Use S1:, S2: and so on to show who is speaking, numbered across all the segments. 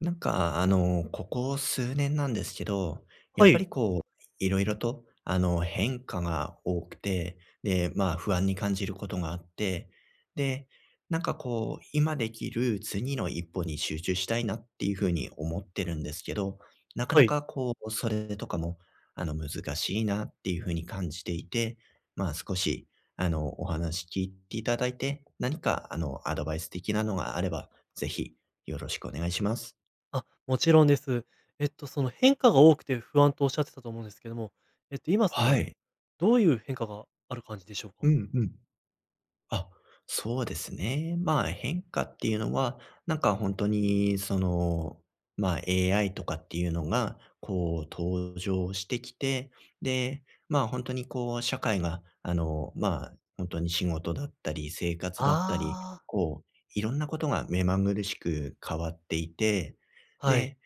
S1: ここ数年なんですけど、や
S2: は
S1: っぱ
S2: い、
S1: りこう、いろいろと、変化が多くて、で、不安に感じることがあって、で、今できる次の一歩に集中したいなっていうふうに思ってるんですけど、なか
S2: は
S1: な
S2: い。
S1: かこう、それとかも、難しいなっていうふうに感じていて、少し、お話聞いていただいて、何か、アドバイス的なのがあれば、ぜひ、よろしくお願いします。
S2: あ、もちろんです。その変化が多くて不安とおっしゃってたと思うんですけども、今そ
S1: は
S2: の、
S1: い。
S2: どういう変化がある感じでしょうか？
S1: うんうん。あ、そうですね。変化っていうのは、本当にAI とかっていうのが、登場してきて、で、本当に社会が本当に仕事だったり、生活だったり、
S2: あ
S1: いろんなことが目まぐるしく変わっていて、
S2: あ、はい。
S1: で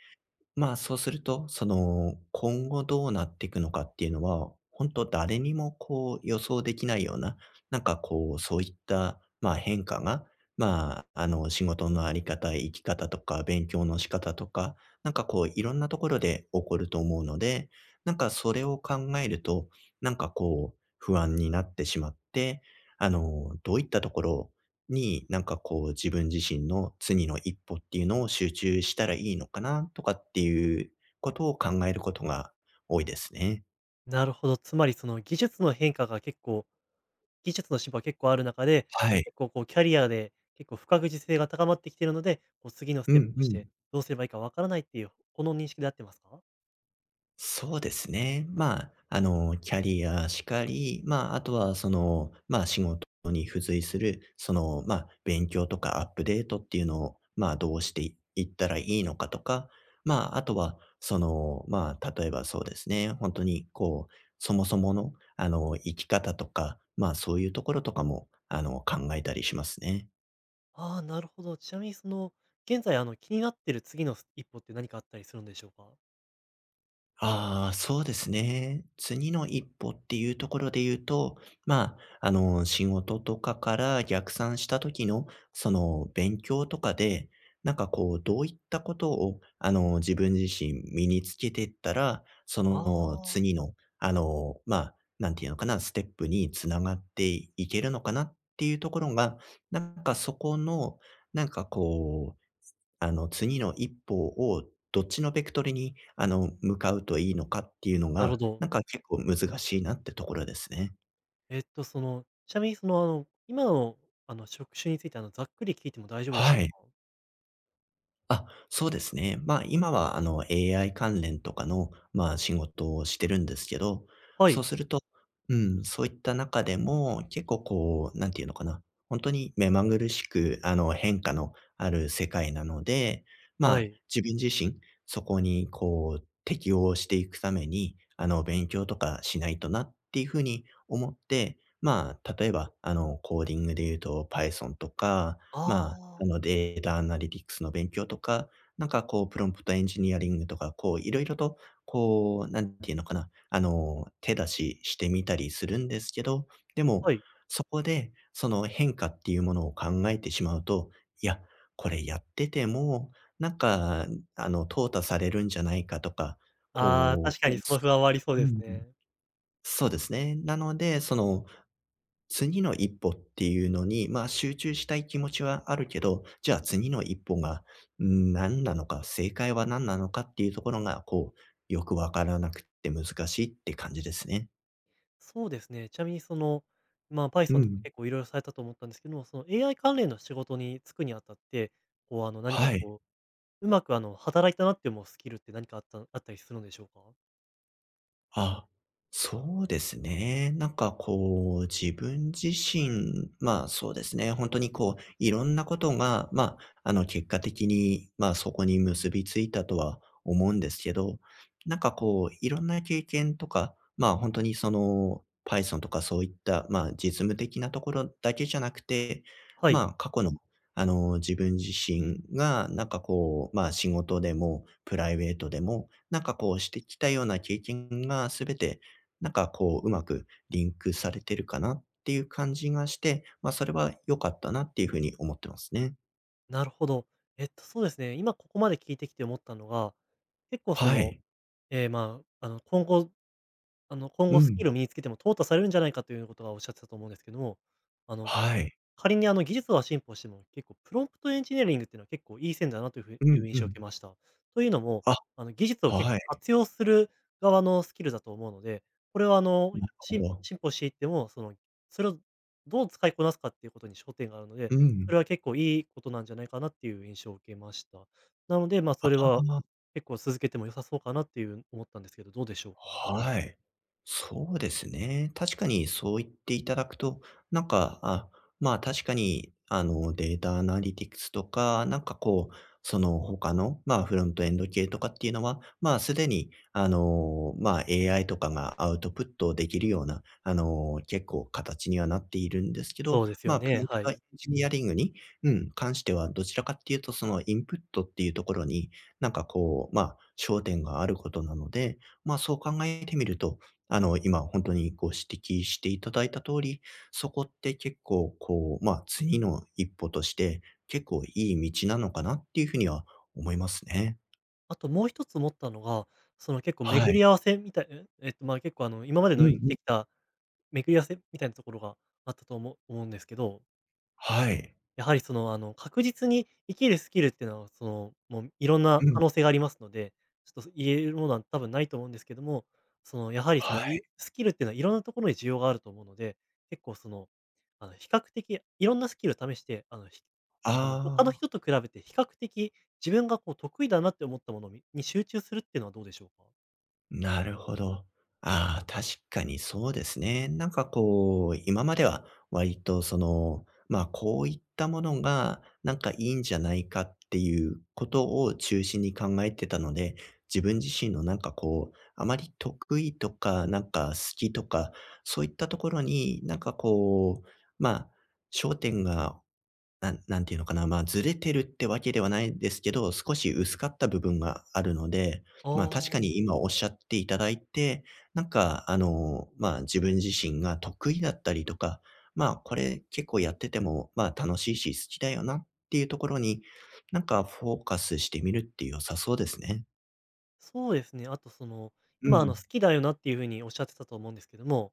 S1: そうすると、今後どうなっていくのかっていうのは、本当誰にも予想できないような、そういった、変化が、仕事のあり方、生き方とか、勉強の仕方とか、いろんなところで起こると思うので、それを考えると、不安になってしまって、どういったところをに、自分自身の次の一歩っていうのを集中したらいいのかなとかっていうことを考えることが多いですね。
S2: なるほど。つまりその技術の進歩が結構ある中で、
S1: は
S2: ま
S1: い。
S2: 結構こうキャリアで結構不確実性が高まってきているので、こう次のス
S1: う
S2: テップ
S1: ん
S2: と
S1: う
S2: し
S1: ん。
S2: て、どうすればいいかわからないっていう、この認識で合ってますか？
S1: そうですね。キャリアしかり、あとは仕事に付随する、勉強とかアップデートっていうのを、どうしていったらいいのかとか、あとは、例えばそうですね。本当に、そもそもの、生き方とか、そういうところとかも、考えたりしますね。
S2: ああー、なるほど。ちなみにその、現在あの気になってる次の一歩って何かあったりするんでしょうか？
S1: ああ、そうですね。次の一歩っていうところで言うと、仕事とかから逆算した時の、勉強とかで、どういったことを、自分自身身につけていったら、
S2: ああー。
S1: 次の、あの、まあ、なんていうのかな、ステップにつながっていけるのかなっていうところが、なんかそこの、なんかこう、あの、次の一歩をどっちのベクトルに、向かうといいのかっていうの
S2: なるほ
S1: が、
S2: ど。
S1: 結構難しいなってところですね。
S2: その、ちなみにその、あの、今の、あの、職種について、あの、ざっくり聞いても大丈夫でしょ
S1: は
S2: うか？
S1: い。あ、そうですね。今はAI 関連とかの、仕事をしてるんですけど、
S2: は
S1: そう
S2: い、
S1: すると、うん、そういった中でも結構こう、なんていうのかな、本当に目まぐるしく変化のある世界なので、
S2: はい。
S1: 自分自身、そこに適応していくために、勉強とかしないとなっていうふうに思って、例えばコーディングで言うと Python とか、
S2: ああ、
S1: データアナリティクスの勉強とか、プロンプトエンジニアリングとか、いろいろと、こう、なんていうのかな、あの、手出ししてみたりするんですけど、でも、
S2: はい。
S1: そこで、その変化っていうものを考えてしまうと、いや、これやってても、なんか、淘汰されるんじゃないかとか、
S2: ああ、確か
S1: う
S2: に
S1: ん、
S2: その不安はありそうですね。
S1: そうですね。なので、次の一歩っていうのに、集中したい気持ちはあるけど、じゃあ次の一歩が、何なのか、正解は何なのかっていうところが、よくわからなくて難しいって感じですね。
S2: そうですね、ちなみにその、まあ、
S1: う
S2: Python とか
S1: ん。
S2: 結構いろいろされたと思ったんですけども、その AI 関連の仕事に就くにあたって、こう、あの、何か
S1: はい。
S2: こう、うまく、あの、働いたなって思うスキルって何かあったあったりするんでしょうか？
S1: あ、そうですね。自分自身、そうですね。本当にいろんなことが、結果的に、そこに結びついたとは思うんですけど、いろんな経験とか、本当とにPython とかそういった、実務的なところだけじゃなくて、
S2: はい、
S1: 過去の、自分自身が仕事でもプライベートでもしてきたような経験がすべて、うまくリンクされてるかなっていう感じがして、それは良かったなっていう風に思ってますね。
S2: なるほど。そうですね、今ここまで聞いてきて思ったのが、結構そ
S1: は
S2: の、
S1: い。
S2: ええ、まあ、あの、今後
S1: う
S2: スキル
S1: ん。
S2: を身につけても淘汰されるんじゃないかということがおっしゃってたと思うんですけども、あの、
S1: はい。
S2: 仮にあの技術が進歩しても、結構プロンプトエンジニアリングっていうのは結構いい線だなというふう
S1: う
S2: い
S1: ん
S2: う印
S1: う
S2: 象を受け
S1: ん。
S2: ました。というのも、
S1: あ、
S2: あの技術を結
S1: は
S2: 構
S1: い。
S2: 活用する側のスキルだと思うので、これはあの、
S1: なるほ
S2: 進
S1: ど。
S2: 進歩していっても、その、それをどう使いこなすかっていうことに焦点があるの
S1: う
S2: で、
S1: ん。
S2: それは結構いいことなんじゃないかなっていう印象を受けました。なので、まあそれ
S1: あ
S2: は
S1: あ。
S2: 結構続けても良さそうかなっていう思ったんですけど、どうでしょうか？
S1: はい。そうですね。確かにそう言っていただくと、なんか、あ、確かに、データアナリティクスとか、その他の、フロントエンド系とかっていうのは、すでに、AI とかがアウトプットできるような、結構形にはなっているんですけど、
S2: そうですよ
S1: プ
S2: ね、
S1: ロンプ
S2: は
S1: トエン
S2: い。
S1: ジニアリングに、うん、関してはどちらかっていうと、そのインプットっていうところに、焦点があることなので、そう考えてみると、今本当にご指摘していただいた通り、そこって結構次の一歩として、結構いい道なのかなっていうふうには思いますね。
S2: あともう一つ思ったのが、その結構
S1: は
S2: 巡
S1: い。
S2: り合わせみたいん？まあ、結構あの、今まで
S1: うんう
S2: の生き
S1: ん。
S2: てきた巡り合わせみたいなところがあったと思うんですけど、
S1: はい。
S2: やはりその、あの、確実に生きるスキルっていうのは、その、もういろんな
S1: う
S2: 可
S1: ん。
S2: 能性がありますので、ちょっと言えるものは多分ないと思うんですけども、その、やはりそ
S1: は
S2: の、
S1: い。
S2: いスキルっていうのはいろんなところに需要があると思うので、結構その、あの、比較的いろんなスキルを試して、
S1: あ
S2: あの、他の人
S1: あ。
S2: と比べて比較的自分がこう得意だなって思ったものに集中するっていうのはどうでしょうか？
S1: なるほど。ああ、確かにそうですね。今までは割とこういったものがいいんじゃないかっていうことを中心に考えてたので、自分自身のあまり得意とか、好きとか、そういったところにまあ、焦点がなん、なんていうのかな、まあ、ずれてるってわけではないですけど、少し薄かった部分があるので、
S2: あ
S1: 確か
S2: あ、
S1: に今おっしゃっていただいて、自分自身が得意だったりとか、これ結構やってても、楽しいし好きだよなっていうところに、フォーカスしてみるって良さそうですね。
S2: そうですね。あとその、
S1: う
S2: 今あの、
S1: ん。
S2: 好きだよなっていう風におっしゃってたと思うんですけども、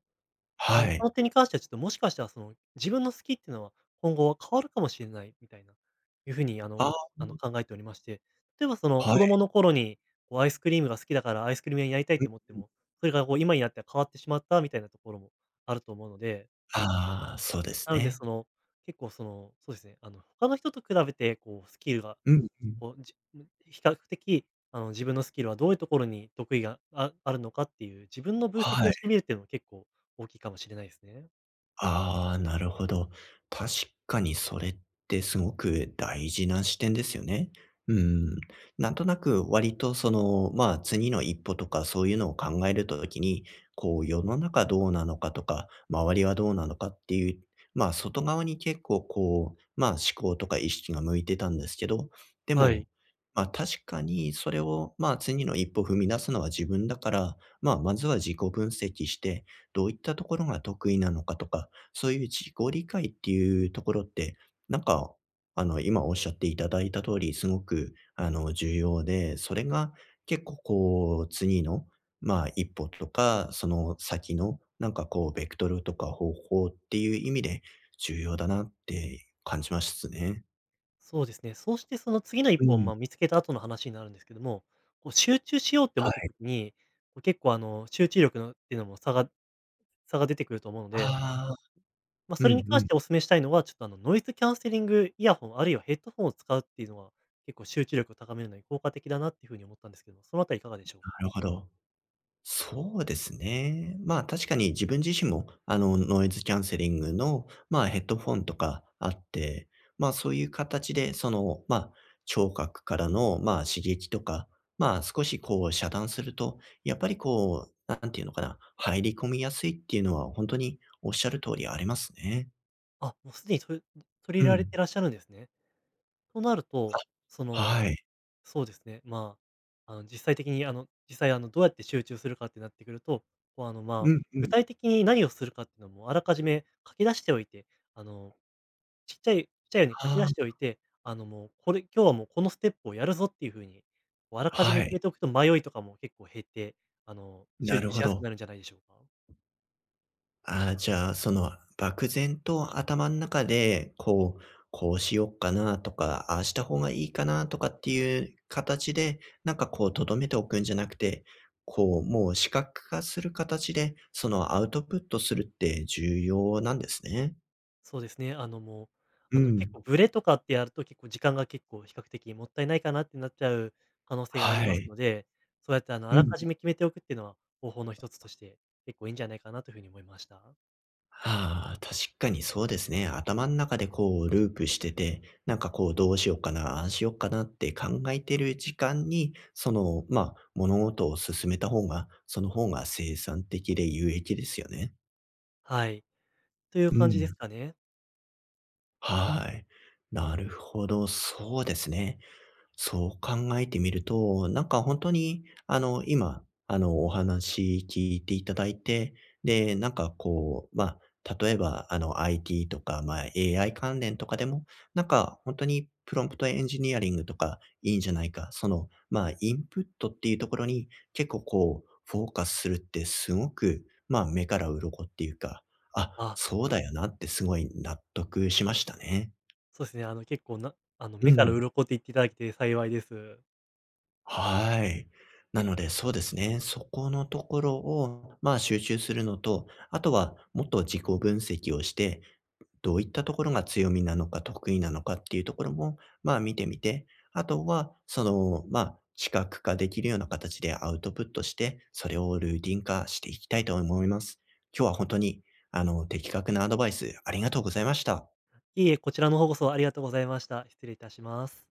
S2: あの、
S1: は
S2: そ
S1: い。
S2: の点に関してはちょっともしかしたらその、自分の好きっていうのは、今後は変わるかもしれないみたいな、いうふうにあの、
S1: ああ、
S2: あの、考えておりまして、例えばその
S1: はい。
S2: 子供の頃に、こうアイスクリームが好きだからアイスクリーム屋になりたい
S1: うん
S2: と思って
S1: うん。
S2: も、それがこう今になっては変わってしまったみたいなところもあると思うので、
S1: ああ、そうです
S2: なので
S1: ね。
S2: その、結構その、そうですね、あの、他の人と比べてこうスキルが、
S1: うんうん。
S2: こう、じ比較的あの、自分のスキルはどういうところに得意があるのかっていう、自分の分析
S1: は
S2: を
S1: い。
S2: してみるっていうのも結構大きいかもしれないですね。
S1: ああ、なるほど。確かにそれってすごく大事な視点ですよね。うん。なんとなく割と次の一歩とかそういうのを考えるときに、世の中どうなのかとか、周りはどうなのかっていう、外側に結構思考とか意識が向いてたんですけど、で
S2: は
S1: も、
S2: い。
S1: 確かにそれを、次の一歩踏み出すのは自分だから、まずは自己分析して、どういったところが得意なのかとか、そういう自己理解っていうところって、なんか、今おっしゃっていただいた通り、すごく、重要で、それが結構次の、一歩とか、その先の、ベクトルとか方法っていう意味で重要だなって感じましたね。
S2: そうですね。そうしてその次の一
S1: う
S2: 歩を、
S1: ん。
S2: ま、見つけた後の話になるんですけども、こう集中しようって
S1: は
S2: 思った
S1: い。
S2: 時に、こう結構あの、集中力のっていうのも差が出てくると思うので、
S1: ああ、
S2: まあ、
S1: う
S2: それ
S1: ん
S2: に
S1: う
S2: 関
S1: ん、
S2: し
S1: な
S2: てお勧めしたいのは、ちょっとあの、ノイズキャンセリングイヤホン、あるいはヘッドホンを使うっていうのは、結構集中力を高めるのに効果的だなっていうふうに思ったんですけども、そのあたりいかがでしょう
S1: る
S2: か？
S1: ほど。そうですね。確かに自分自身も、ノイズキャンセリングの、ヘッドフォンとかあって、そういう形で、聴覚からの、刺激とか、少し遮断すると、やっぱりこう、なんていうのかな、入り込みやすいっていうのは本当におっしゃる通りありますね。
S2: あ、もうすでにと取り入れ
S1: う
S2: られ
S1: ん。
S2: てらっしゃるんですね。となると、そ
S1: あ、は
S2: の、
S1: い。
S2: そうですね。まあ、あの、実際的に、あの、実際、あの、どうやって集中するかってなってくると、こう、あの、
S1: う
S2: まあ、
S1: んう
S2: 具
S1: ん。
S2: 体的に何をするかっていうのはもうあらかじめ書き出しておいて、あの、ちっちゃいように書き出してお
S1: あ
S2: いて、あの、もう、これ、今日はもうこのステップをやるぞっていうふうに、こうあら
S1: あ、
S2: かじめ
S1: は
S2: 決
S1: い。
S2: めておくと迷いとかも結構減って、あの、
S1: な
S2: 集
S1: る
S2: 中し
S1: ほ
S2: やすく
S1: ど。
S2: なるんじゃないでしょうか。
S1: ああ、じゃあ、漠然と頭の中で、こうしよっかなとか、ああした方がいいかなとかっていう形で、留めておくんじゃなくて、もう視覚化する形で、そのアウトプットするって重要なんですね。
S2: そうですね、あの、もう、
S1: う
S2: あの、結
S1: ん。
S2: 構ブレとかってやると結構時間が結構比較的もったいないかなってなっちゃう可能性があり
S1: は
S2: ます
S1: い。
S2: ので、そうやってあの、あ
S1: う
S2: ら
S1: ん。
S2: かじめ決めておくっていうのは方法の一つとして結構いいんじゃないかなというふうに思いました。
S1: はあ、確かにそうですね。頭ん中でループしてて、どうしようかな、ああしようかなって考えてる時間に、物事を進めた方が、その方が生産的で有益ですよね。
S2: はい。という
S1: う
S2: 感じです
S1: ん。
S2: かね。
S1: はい。なるほど、そうですね。そう考えてみると、本当に、今、お話聞いていただいて、で、例えば、IT とか、AI 関連とかでも、本当にプロンプトエンジニアリングとかいいんじゃないか、インプットっていうところに結構フォーカスするってすごく、目から鱗っていうか、あ、
S2: あ、
S1: そうだよなってすごい納得しましたね。
S2: そうですね、あの、結構なあの、
S1: う
S2: 目から
S1: ん。
S2: 鱗って言っていただけて幸いです。
S1: はい。なので、そうですね。そこのところを、集中するのと、あとは、もっと自己分析をして、どういったところが強みなのか、得意なのかっていうところも、見てみて、あとは、視覚化できるような形でアウトプットして、それをルーティン化していきたいと思います。今日は本当に、的確なアドバイスありがとうございました。
S2: いえいえ、こちらの方こそありがとうございました。失礼いたします。